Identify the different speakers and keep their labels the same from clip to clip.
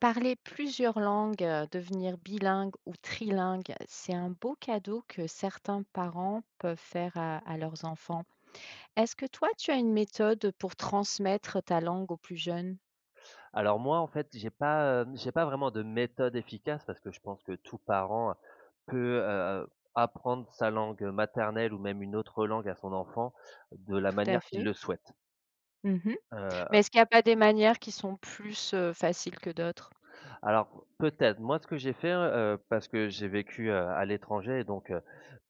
Speaker 1: Parler plusieurs langues, devenir bilingue ou trilingue, c'est un beau cadeau que certains parents peuvent faire à leurs enfants. Est-ce que toi, tu as une méthode pour transmettre ta langue aux plus jeunes?
Speaker 2: Alors moi, en fait, j'ai pas vraiment de méthode efficace parce que je pense que tout parent peut, apprendre sa langue maternelle ou même une autre langue à son enfant de la
Speaker 1: Tout à
Speaker 2: manière qu'il
Speaker 1: fait.
Speaker 2: le souhaite.
Speaker 1: Mmh. Mais
Speaker 2: Heu,
Speaker 1: est-ce qu'il n'y a pas des manières qui sont plus, faciles que d'autres?
Speaker 2: alors peut-être, moi ce que j'ai fait, parce que j'ai vécu, à l'étranger, et donc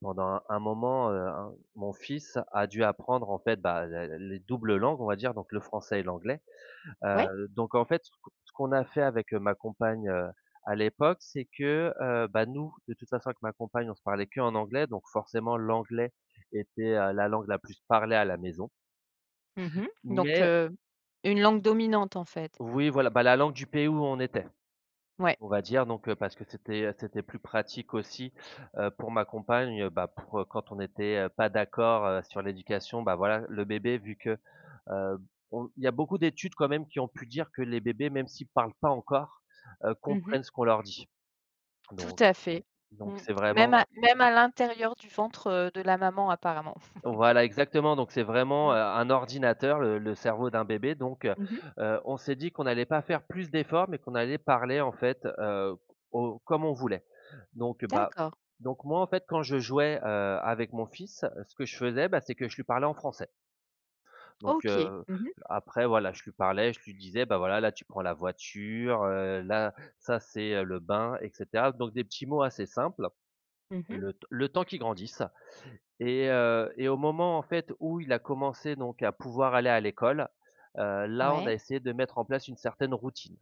Speaker 2: pendant un moment, un mon fils a dû apprendre en fait, bah, la les doubles langues, on va dire, donc le français et l'anglais.
Speaker 1: Ouais.
Speaker 2: Donc en fait, ce qu'on a fait avec, ma compagne, à l'époque, c'est que, bah, nous, de toute façon, avec ma compagne, on se parlait qu'en anglais, donc forcément l'anglais était, la langue la plus parlée à la maison.
Speaker 1: Mmh. Donc
Speaker 2: Mais
Speaker 1: une langue dominante, en fait.
Speaker 2: oui, voilà, bah, la langue du pays où on était,
Speaker 1: Ouais.
Speaker 2: on va dire, donc parce que c'était plus pratique aussi, pour ma compagne, bah, pour, quand on était, pas d'accord, sur l'éducation, bah, voilà, le bébé vu que Heu, on il y a beaucoup d'études quand même qui ont pu dire que les bébés, même s'ils parlent pas encore,
Speaker 1: Mmh.
Speaker 2: comprennent ce qu'on leur dit.
Speaker 1: Tout
Speaker 2: Donc
Speaker 1: à fait.
Speaker 2: donc
Speaker 1: Mmh.
Speaker 2: c'est
Speaker 1: Même
Speaker 2: vraiment
Speaker 1: à même à l'intérieur du ventre, de la maman apparemment.
Speaker 2: Voilà, exactement, donc c'est vraiment,
Speaker 1: Mmh.
Speaker 2: un ordinateur, le cerveau d'un bébé. Donc
Speaker 1: Mmh.
Speaker 2: on s'est dit qu'on allait pas faire plus d'efforts, mais qu'on allait parler en fait, au comme on voulait. Donc bah
Speaker 1: D'accord.
Speaker 2: donc moi en fait quand je jouais, avec mon fils, ce que je faisais, bah, c'est que je lui parlais en français. Donc
Speaker 1: OK.
Speaker 2: heu,
Speaker 1: Mmh.
Speaker 2: après voilà, je lui parlais, je lui disais: «Bah, voilà, là, tu prends la voiture, là, ça, c'est, le bain» et cetera. Donc des petits mots assez simples,
Speaker 1: Mmh mh.
Speaker 2: le temps qu'il grandisse et au moment, en fait, où il a commencé donc à pouvoir aller à l'école, là, on a
Speaker 1: Ouais,
Speaker 2: essayé de mettre en place une certaine routine.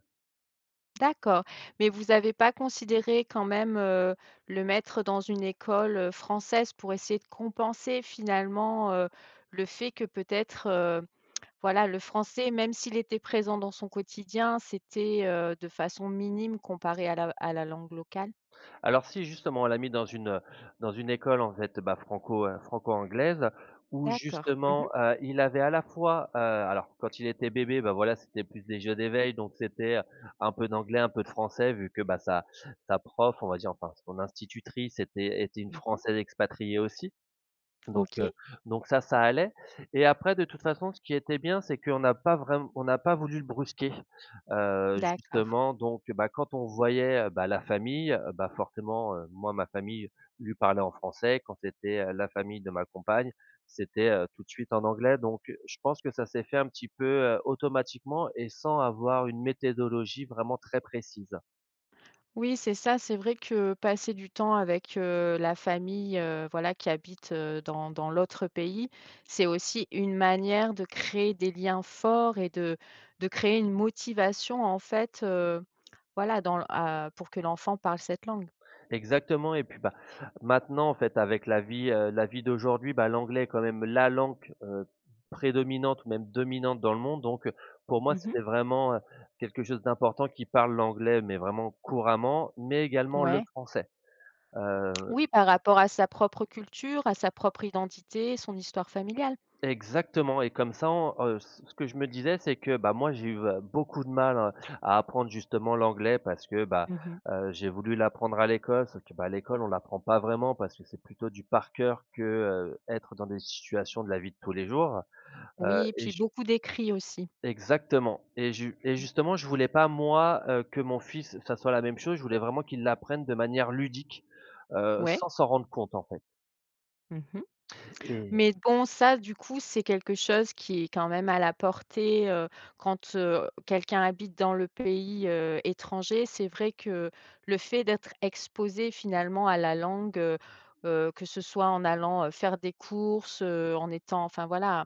Speaker 1: d'accord. Mais vous avez pas considéré quand même, le mettre dans une école, française pour essayer de compenser finalement, le fait que peut-être, voilà, le français, même s'il était présent dans son quotidien, c'était, de façon minime comparé à la langue locale?
Speaker 2: Alors si, justement, on l'a mis dans une école, en fait, bah, franco-anglaise, où
Speaker 1: D'accord. Mmh mh.
Speaker 2: justement, il avait à la fois, alors quand il était bébé, bah, voilà, c'était plus des jeux d'éveil donc c'était, un peu d'anglais, un peu de français vu que, bah, sa prof, on va dire, enfin, son institutrice était une
Speaker 1: Mmh mh.
Speaker 2: Française expatriée aussi. Donc heu,
Speaker 1: OK,
Speaker 2: donc ça, ça allait, et après de toute façon, ce qui était bien, c'est qu'on n'a pas voulu le brusquer,
Speaker 1: d'accord.
Speaker 2: justement. Donc bah, quand on voyait, bah, la famille, bah, forcément, moi, ma famille lui parlait en français. Quand c'était, la famille de ma compagne, c'était, tout de suite en anglais, donc je pense que ça s'est fait un petit peu, automatiquement et sans avoir une méthodologie vraiment très précise.
Speaker 1: Oui, c'est ça. C'est vrai que passer du temps avec, la famille, voilà, qui habite, dans l'autre pays, c'est aussi une manière de créer des liens forts et de créer une motivation, en fait, voilà, dans l à pour que l'enfant parle cette langue.
Speaker 2: Exactement, et puis, bah, maintenant en fait avec la vie d'aujourd'hui, bah, l'anglais est quand même la langue, prédominante ou même dominante dans le monde. Donc, pour moi
Speaker 1: Mmh.
Speaker 2: c'était vraiment, quelque chose d'important qui parle l'anglais mais vraiment couramment, mais également le
Speaker 1: Ouais.
Speaker 2: français. Heu
Speaker 1: Oui, par rapport à sa propre culture, à sa propre identité, son histoire familiale.
Speaker 2: Exactement, et comme ça, on ce que je me disais, c'est que, bah, moi, j'ai eu, beaucoup de mal, à apprendre justement l'anglais parce que, bah,
Speaker 1: Mmh mh.
Speaker 2: j'ai voulu l'apprendre à l'école, sauf que, bah, à l'école, on l'apprend pas vraiment parce que c'est plutôt du par cœur que, être dans des situations de la vie de tous les jours,
Speaker 1: Oui, et
Speaker 2: et
Speaker 1: puis
Speaker 2: j
Speaker 1: beaucoup d'écrits aussi.
Speaker 2: exactement et
Speaker 1: Mmh.
Speaker 2: justement, je voulais pas moi, que mon fils, ça soit la même chose. Je voulais vraiment qu'il l'apprenne de manière ludique,
Speaker 1: Ouais.
Speaker 2: sans s'en rendre compte, en fait.
Speaker 1: Mmh.
Speaker 2: et
Speaker 1: Mais bon, ça, du coup, c'est quelque chose qui est quand même à la portée, quand, quelqu'un habite dans le pays, étranger. C'est vrai que le fait d'être exposé finalement à la langue, que ce soit en allant, faire des courses, en étant enfin voilà,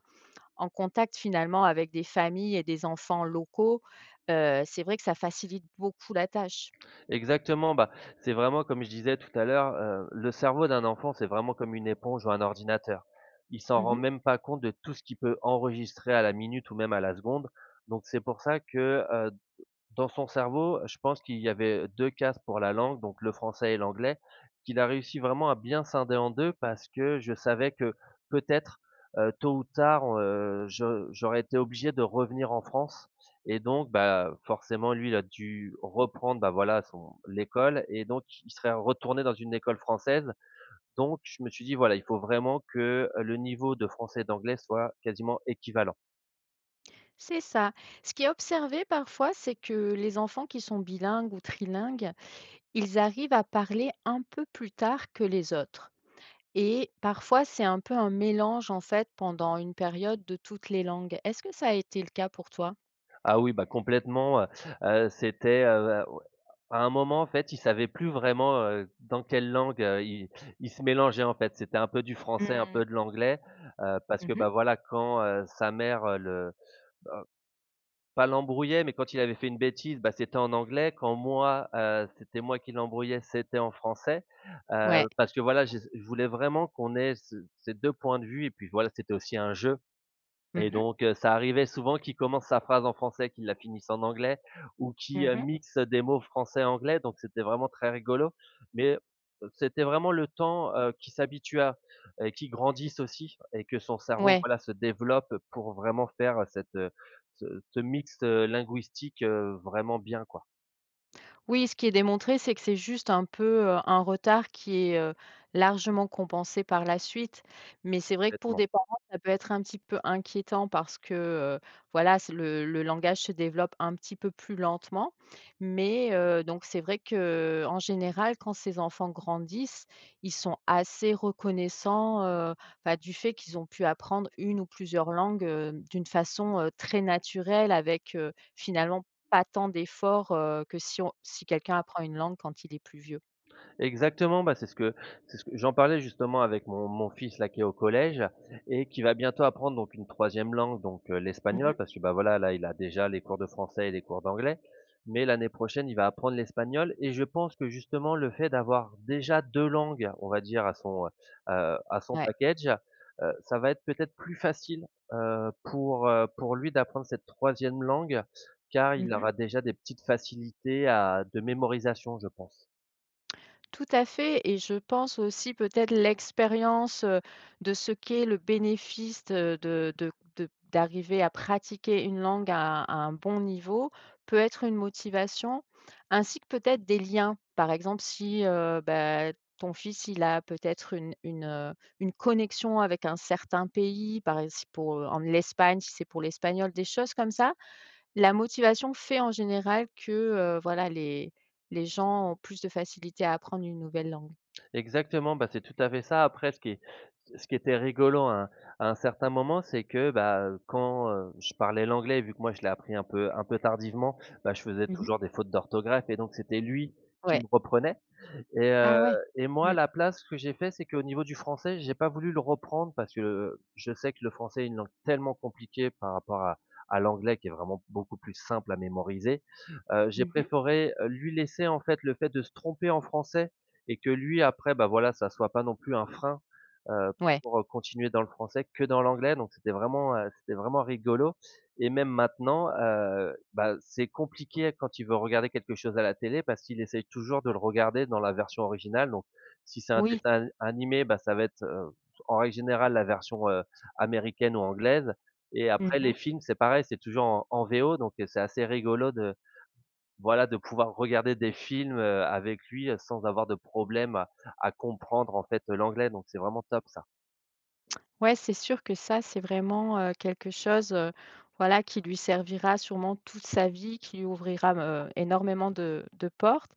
Speaker 1: en contact finalement avec des familles et des enfants locaux, c'est vrai que ça facilite beaucoup la tâche.
Speaker 2: Exactement, bah, c'est vraiment comme je disais tout à l'heure, le cerveau d'un enfant, c'est vraiment comme une éponge ou un ordinateur. Il s'en rend
Speaker 1: Mmh.
Speaker 2: même pas compte de tout ce qu'il peut enregistrer à la minute ou même à la seconde. Donc c'est pour ça que, dans son cerveau, je pense qu'il y avait 2 cases pour la langue, donc le français et l'anglais, qu'il a réussi vraiment à bien scinder en 2 parce que je savais que peut-être, tôt ou tard, je j'aurais été obligé de revenir en France et donc bah, forcément lui, il a dû reprendre, bah, voilà son l'école, et donc il serait retourné dans une école française. Donc je me suis dit: «Voilà, il faut vraiment que le niveau de français et d'anglais soit quasiment équivalent».
Speaker 1: C'est ça. Ce qui est observé parfois, c'est que les enfants qui sont bilingues ou trilingues, ils arrivent à parler un peu plus tard que les autres et parfois c'est un peu un mélange en fait pendant une période de toutes les langues. Est-ce que ça a été le cas pour toi?
Speaker 2: Ah oui, bah, complètement. C'était, ouais, à un moment, en fait, ils savaient plus vraiment, dans quelle langue, ils se mélangeaient, en fait. C'était un peu du français, un peu
Speaker 1: Mmh.
Speaker 2: de l'anglais, parce que,
Speaker 1: Mmh.
Speaker 2: bah, voilà, quand, sa mère, le pas l'embrouillait, mais quand il avait fait une bêtise, bah, c'était en anglais. Quand moi, c'était moi qui l'embrouillais, c'était en français,
Speaker 1: Ouais.
Speaker 2: parce que, voilà, je voulais vraiment qu'on ait ce ces 2 points de vue et puis, voilà, c'était aussi un jeu.
Speaker 1: Mmh
Speaker 2: Et
Speaker 1: mh.
Speaker 2: donc, ça arrivait souvent qu'il commence sa phrase en français, qu'il la finisse en anglais ou qu'il,
Speaker 1: Mmh.
Speaker 2: mixe des mots français-anglais, donc c'était vraiment très rigolo. Mais, c'était vraiment le temps, qu'il s'habitue à et qu'il grandisse aussi et que son cerveau,
Speaker 1: Ouais.
Speaker 2: voilà, se développe pour vraiment faire, cette, ce ce mixte, linguistique, vraiment bien, quoi,
Speaker 1: Oui, ce qui est démontré, c'est que c'est juste un peu, un retard qui est, largement compensé par la suite. Mais c'est vrai que pour
Speaker 2: complètement.
Speaker 1: des parents, ça peut être un petit peu inquiétant parce que, voilà, c'est le langage se développe un petit peu plus lentement. Mais, donc c'est vrai que en général, quand ces enfants grandissent, ils sont assez reconnaissants, bah, du fait qu'ils ont pu apprendre une ou plusieurs langues, d'une façon, très naturelle avec, finalement pas tant d'efforts, que si quelqu'un apprend une langue quand il est plus vieux.
Speaker 2: Exactement, bah, c'est ce que j'en parlais justement avec mon fils là qui est au collège et qui va bientôt apprendre donc une troisième langue, donc
Speaker 1: Mmh.
Speaker 2: l'espagnol, parce que, bah, voilà, là, il a déjà les cours de français et les cours d'anglais. Mais l'année prochaine, il va apprendre l'espagnol, et je pense que justement le fait d'avoir déjà 2 langues, on va dire, à son
Speaker 1: Ouais.
Speaker 2: package, ça va être peut-être plus facile, pour lui d'apprendre cette troisième langue car il
Speaker 1: Mmh.
Speaker 2: aura déjà des petites facilités à de mémorisation, je pense.
Speaker 1: Tout à fait et je pense aussi peut-être l'expérience, de ce qu'est le bénéfice de d'arriver à pratiquer une langue à un bon niveau peut être une motivation, ainsi que peut-être des liens. Par exemple, si, bah, ton fils, il a peut-être une connexion avec un certain pays, par exemple pour, en l'Espagne, si c'est pour l'espagnol, des choses comme ça. La motivation fait en général que, voilà les gens ont plus de facilité à apprendre une nouvelle langue.
Speaker 2: Exactement, bah, c'est tout à fait ça. Après ce qui était rigolo à un certain moment, c'est que, bah, quand, je parlais l'anglais, vu que moi je l'ai appris un peu tardivement, bah, je faisais
Speaker 1: Mmh.
Speaker 2: toujours des fautes d'orthographe et donc c'était lui qui
Speaker 1: Ouais.
Speaker 2: me reprenait, et
Speaker 1: Ah
Speaker 2: heu
Speaker 1: ouais.
Speaker 2: et moi, à
Speaker 1: Mmh.
Speaker 2: la place, ce que j'ai fait, c'est qu'au niveau du français, j'ai pas voulu le reprendre parce que, je sais que le français est une langue tellement compliquée par rapport à l'anglais qui est vraiment beaucoup plus simple à mémoriser. J'ai
Speaker 1: Mmh.
Speaker 2: préféré, lui laisser, en fait, le fait de se tromper en français et que lui, après, bah, voilà, ça soit pas non plus un frein, heu,
Speaker 1: Ouais.
Speaker 2: pour, continuer dans le français que dans l'anglais. Donc c'était vraiment rigolo. Et même maintenant, bah, c'est compliqué quand il veut regarder quelque chose à la télé parce qu'il essaye toujours de le regarder dans la version originale. Donc si c'est un
Speaker 1: Oui.
Speaker 2: dessin animé, bah, ça va être, en règle générale la version, américaine ou anglaise, et après les
Speaker 1: Mmh.
Speaker 2: films, c'est pareil, c'est toujours en VO donc c'est assez rigolo de voilà, de pouvoir regarder des films, avec lui, sans avoir de problème à comprendre en fait l'anglais, donc c'est vraiment top ça.
Speaker 1: Ouais, c'est sûr que ça, c'est vraiment, quelque chose, voilà, qui lui servira sûrement toute sa vie, qui lui ouvrira, énormément de portes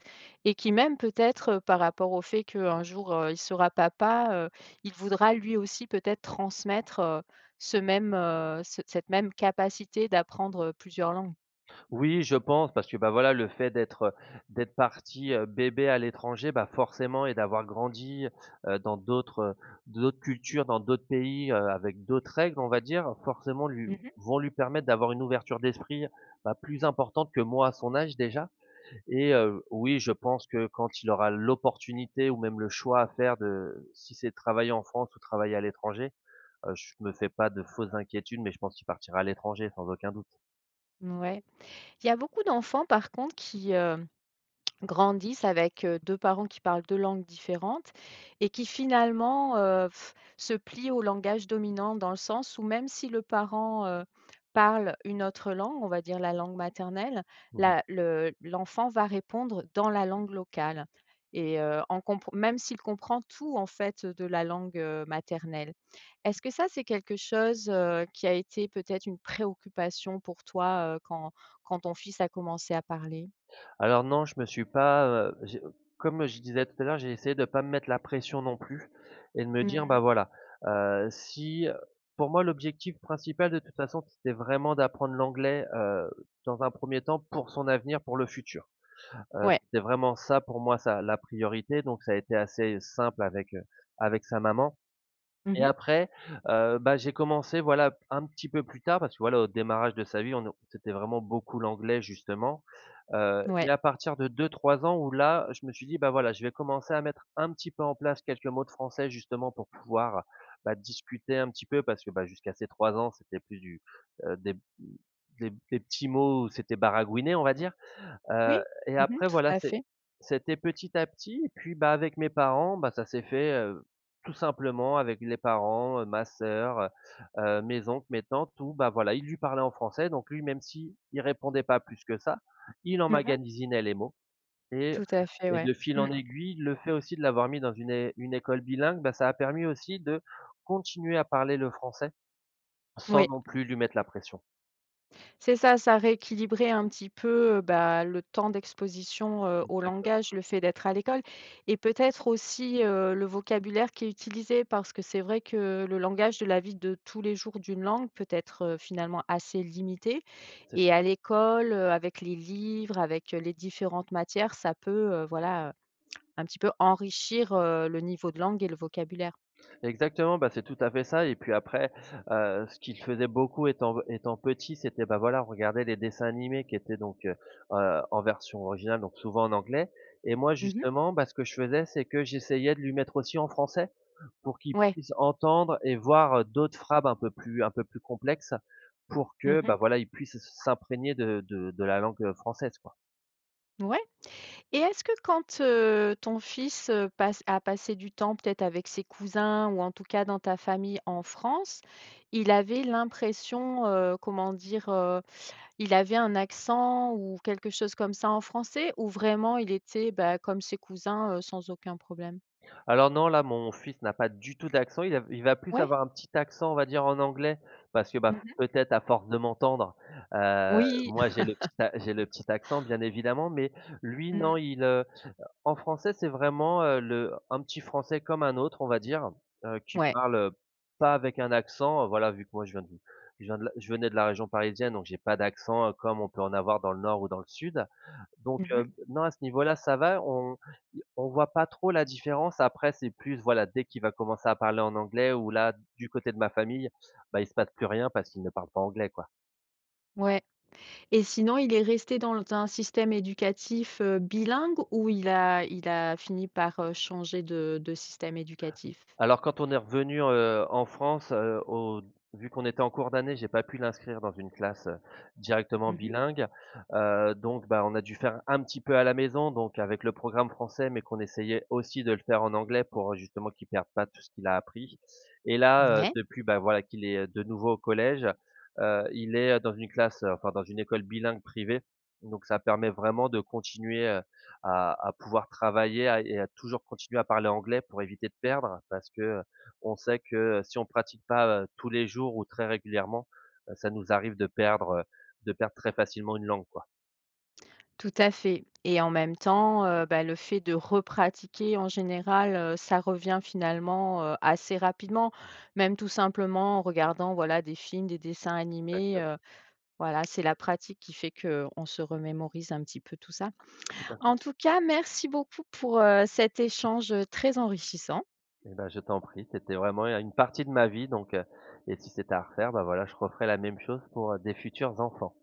Speaker 1: et qui même peut-être, par rapport au fait qu'un jour, il sera papa, il voudra lui aussi peut-être transmettre, ce même, ce cette même capacité d'apprendre, plusieurs langues.
Speaker 2: Oui, je pense parce que, bah, voilà, le fait d'être parti, bébé à l'étranger, bah, forcément, et d'avoir grandi, dans d'autres cultures, dans d'autres pays, avec d'autres règles, on va dire, forcément lui
Speaker 1: Mmh mh.
Speaker 2: vont lui permettre d'avoir une ouverture d'esprit, bah, plus importante que moi à son âge déjà. Et oui, je pense que quand il aura l'opportunité ou même le choix à faire de si c'est de travailler en France ou travailler à l'étranger, je me fais pas de fausses inquiétudes, mais je pense qu'il partira à l'étranger sans aucun doute.
Speaker 1: Il y a beaucoup d'enfants par contre qui, grandissent avec, 2 parents qui parlent 2 langues différentes et qui finalement, se plient au langage dominant dans le sens où même si le parent, parle une autre langue, on va dire la langue maternelle, la le l'enfant va répondre dans la langue locale et en compr même s'il comprend tout en fait de la langue, maternelle. Est-ce que ça, c'est quelque chose, qui a été peut-être une préoccupation pour toi, quand ton fils a commencé à parler?
Speaker 2: Alors non, je me suis pas, j'ai comme je disais tout à l'heure, j'ai essayé de pas me mettre la pression non plus et de me dire: «Bah,
Speaker 1: Mmh.
Speaker 2: voilà, si», pour moi, l'objectif principal de toute façon, c'était vraiment d'apprendre l'anglais, dans un premier temps pour son avenir, pour le futur.
Speaker 1: Ouais.
Speaker 2: C'était vraiment ça pour moi, ça la priorité, donc ça a été assez simple avec, avec sa maman
Speaker 1: Mmh
Speaker 2: et
Speaker 1: mh.
Speaker 2: après, j'ai commencé, voilà, un petit peu plus tard parce que, voilà, au démarrage de sa vie, on ne c'était vraiment beaucoup l'anglais justement. Mais
Speaker 1: Ouais.
Speaker 2: à partir de 2 3 ans où là, je me suis dit: «Bah, voilà, je vais commencer à mettre un petit peu en place quelques mots de français» justement pour pouvoir, bah, discuter un petit peu parce que, bah, jusqu'à ces 3 ans, c'était plus du, heu, des des petits mots où c'était baragouiné, on va dire. Heu
Speaker 1: Oui.
Speaker 2: et
Speaker 1: Mmh mh,
Speaker 2: après
Speaker 1: tout
Speaker 2: voilà,
Speaker 1: à
Speaker 2: c'est
Speaker 1: fait.
Speaker 2: c'était petit à petit et puis, bah, avec mes parents, bah, ça s'est fait, tout simplement avec les parents, ma sœur, mes oncles, mes tantes où, bah, voilà, ils lui parlaient en français donc lui, même s'il répondait pas plus que ça, il
Speaker 1: Mmh mh.
Speaker 2: emmagasinait les mots et
Speaker 1: Tout à fait,
Speaker 2: et
Speaker 1: ouais.
Speaker 2: de fil
Speaker 1: Mmh.
Speaker 2: en aiguille, le fait aussi de l'avoir mis dans une é une école bilingue, bah, ça a permis aussi de continuer à parler le français sans
Speaker 1: Oui,
Speaker 2: non plus lui mettre la pression.
Speaker 1: c'est ça, ça rééquilibrait un petit peu, bah, le temps d'exposition, au
Speaker 2: Exactement,
Speaker 1: langage, le fait d'être à l'école et peut-être aussi, le vocabulaire qui est utilisé parce que c'est vrai que le langage de la vie de tous les jours d'une langue peut être, finalement assez limité
Speaker 2: c'est
Speaker 1: et
Speaker 2: ça.
Speaker 1: à l'école, avec les livres, avec, les différentes matières, ça peut, voilà, un petit peu enrichir, le niveau de langue et le vocabulaire.
Speaker 2: Exactement, bah, c'est tout à fait ça et puis après, ce qu'il faisait beaucoup étant petit, c'était, bah, voilà, regarder les dessins animés qui étaient donc, en version originale, donc souvent en anglais et moi
Speaker 1: Mmh mh.
Speaker 2: justement, bah, ce que je faisais, c'est que j'essayais de lui mettre aussi en français pour qu'il
Speaker 1: Ouais.
Speaker 2: puisse entendre et voir, d'autres phrases un peu plus complexes pour
Speaker 1: Mmh
Speaker 2: que,
Speaker 1: mh.
Speaker 2: bah, voilà, il puisse s'imprégner de la langue, française, quoi.
Speaker 1: Ouais, et est-ce que quand, ton fils, passe a passé du temps peut-être avec ses cousins ou en tout cas dans ta famille en France, il avait l'impression, comment dire, il avait un accent ou quelque chose comme ça en français ou vraiment il était, bah, comme ses cousins, sans aucun problème?
Speaker 2: Alors non, là, mon fils n'a pas du tout d'accent. Il va plus
Speaker 1: Ouais?
Speaker 2: avoir un petit accent, on va dire, en anglais parce que, bah,
Speaker 1: Mmh.
Speaker 2: peut-être à force de m'entendre,
Speaker 1: Oui.
Speaker 2: moi, j'ai le petit accent, bien évidemment, mais lui, non,
Speaker 1: Mmh.
Speaker 2: en français, c'est vraiment, le un petit français comme un autre, on va dire, qui
Speaker 1: Ouais.
Speaker 2: parle, pas avec un accent. Voilà, vu que moi, je venais de la région parisienne, donc j'ai pas d'accent, comme on peut en avoir dans le nord ou dans le sud. Donc,
Speaker 1: Mmh.
Speaker 2: non, à ce niveau-là, ça va. On voit pas trop la différence. Après, c'est plus, voilà, dès qu'il va commencer à parler en anglais, ou là, du côté de ma famille, bah, il se passe plus rien parce qu'il ne parle pas anglais, quoi.
Speaker 1: Ouais. Et sinon, il est resté dans un système éducatif, bilingue ou il a fini par, changer de système éducatif?
Speaker 2: Alors quand on est revenu, en France, au vu qu'on était en cours d'année, j'ai pas pu l'inscrire dans une classe, directement
Speaker 1: Mmh.
Speaker 2: bilingue, donc bah, on a dû faire un petit peu à la maison, donc avec le programme français, mais qu'on essayait aussi de le faire en anglais pour, justement qu'il perde pas tout ce qu'il a appris et là,
Speaker 1: Ouais.
Speaker 2: depuis, bah, voilà qu'il est, de nouveau au collège, il est, dans une classe, enfin dans une école bilingue privée, donc ça permet vraiment de continuer, à pouvoir travailler à et à toujours continuer à parler anglais pour éviter de perdre parce que, on sait que si on pratique pas, tous les jours ou très régulièrement, ça nous arrive de perdre très facilement une langue, quoi.
Speaker 1: Tout à fait et en même temps, bah, le fait de repratiquer en général, ça revient finalement, assez rapidement. Même tout simplement en regardant, voilà, des films, des dessins animés,
Speaker 2: Exactement.
Speaker 1: voilà, c'est la pratique qui fait que on se remémorise un petit peu tout ça. En tout cas, merci beaucoup pour, cet échange, très enrichissant.
Speaker 2: Et ben je t'en prie, c'était vraiment une partie de ma vie donc, et si c'était à refaire, bah, voilà, je referais la même chose pour, des futurs enfants.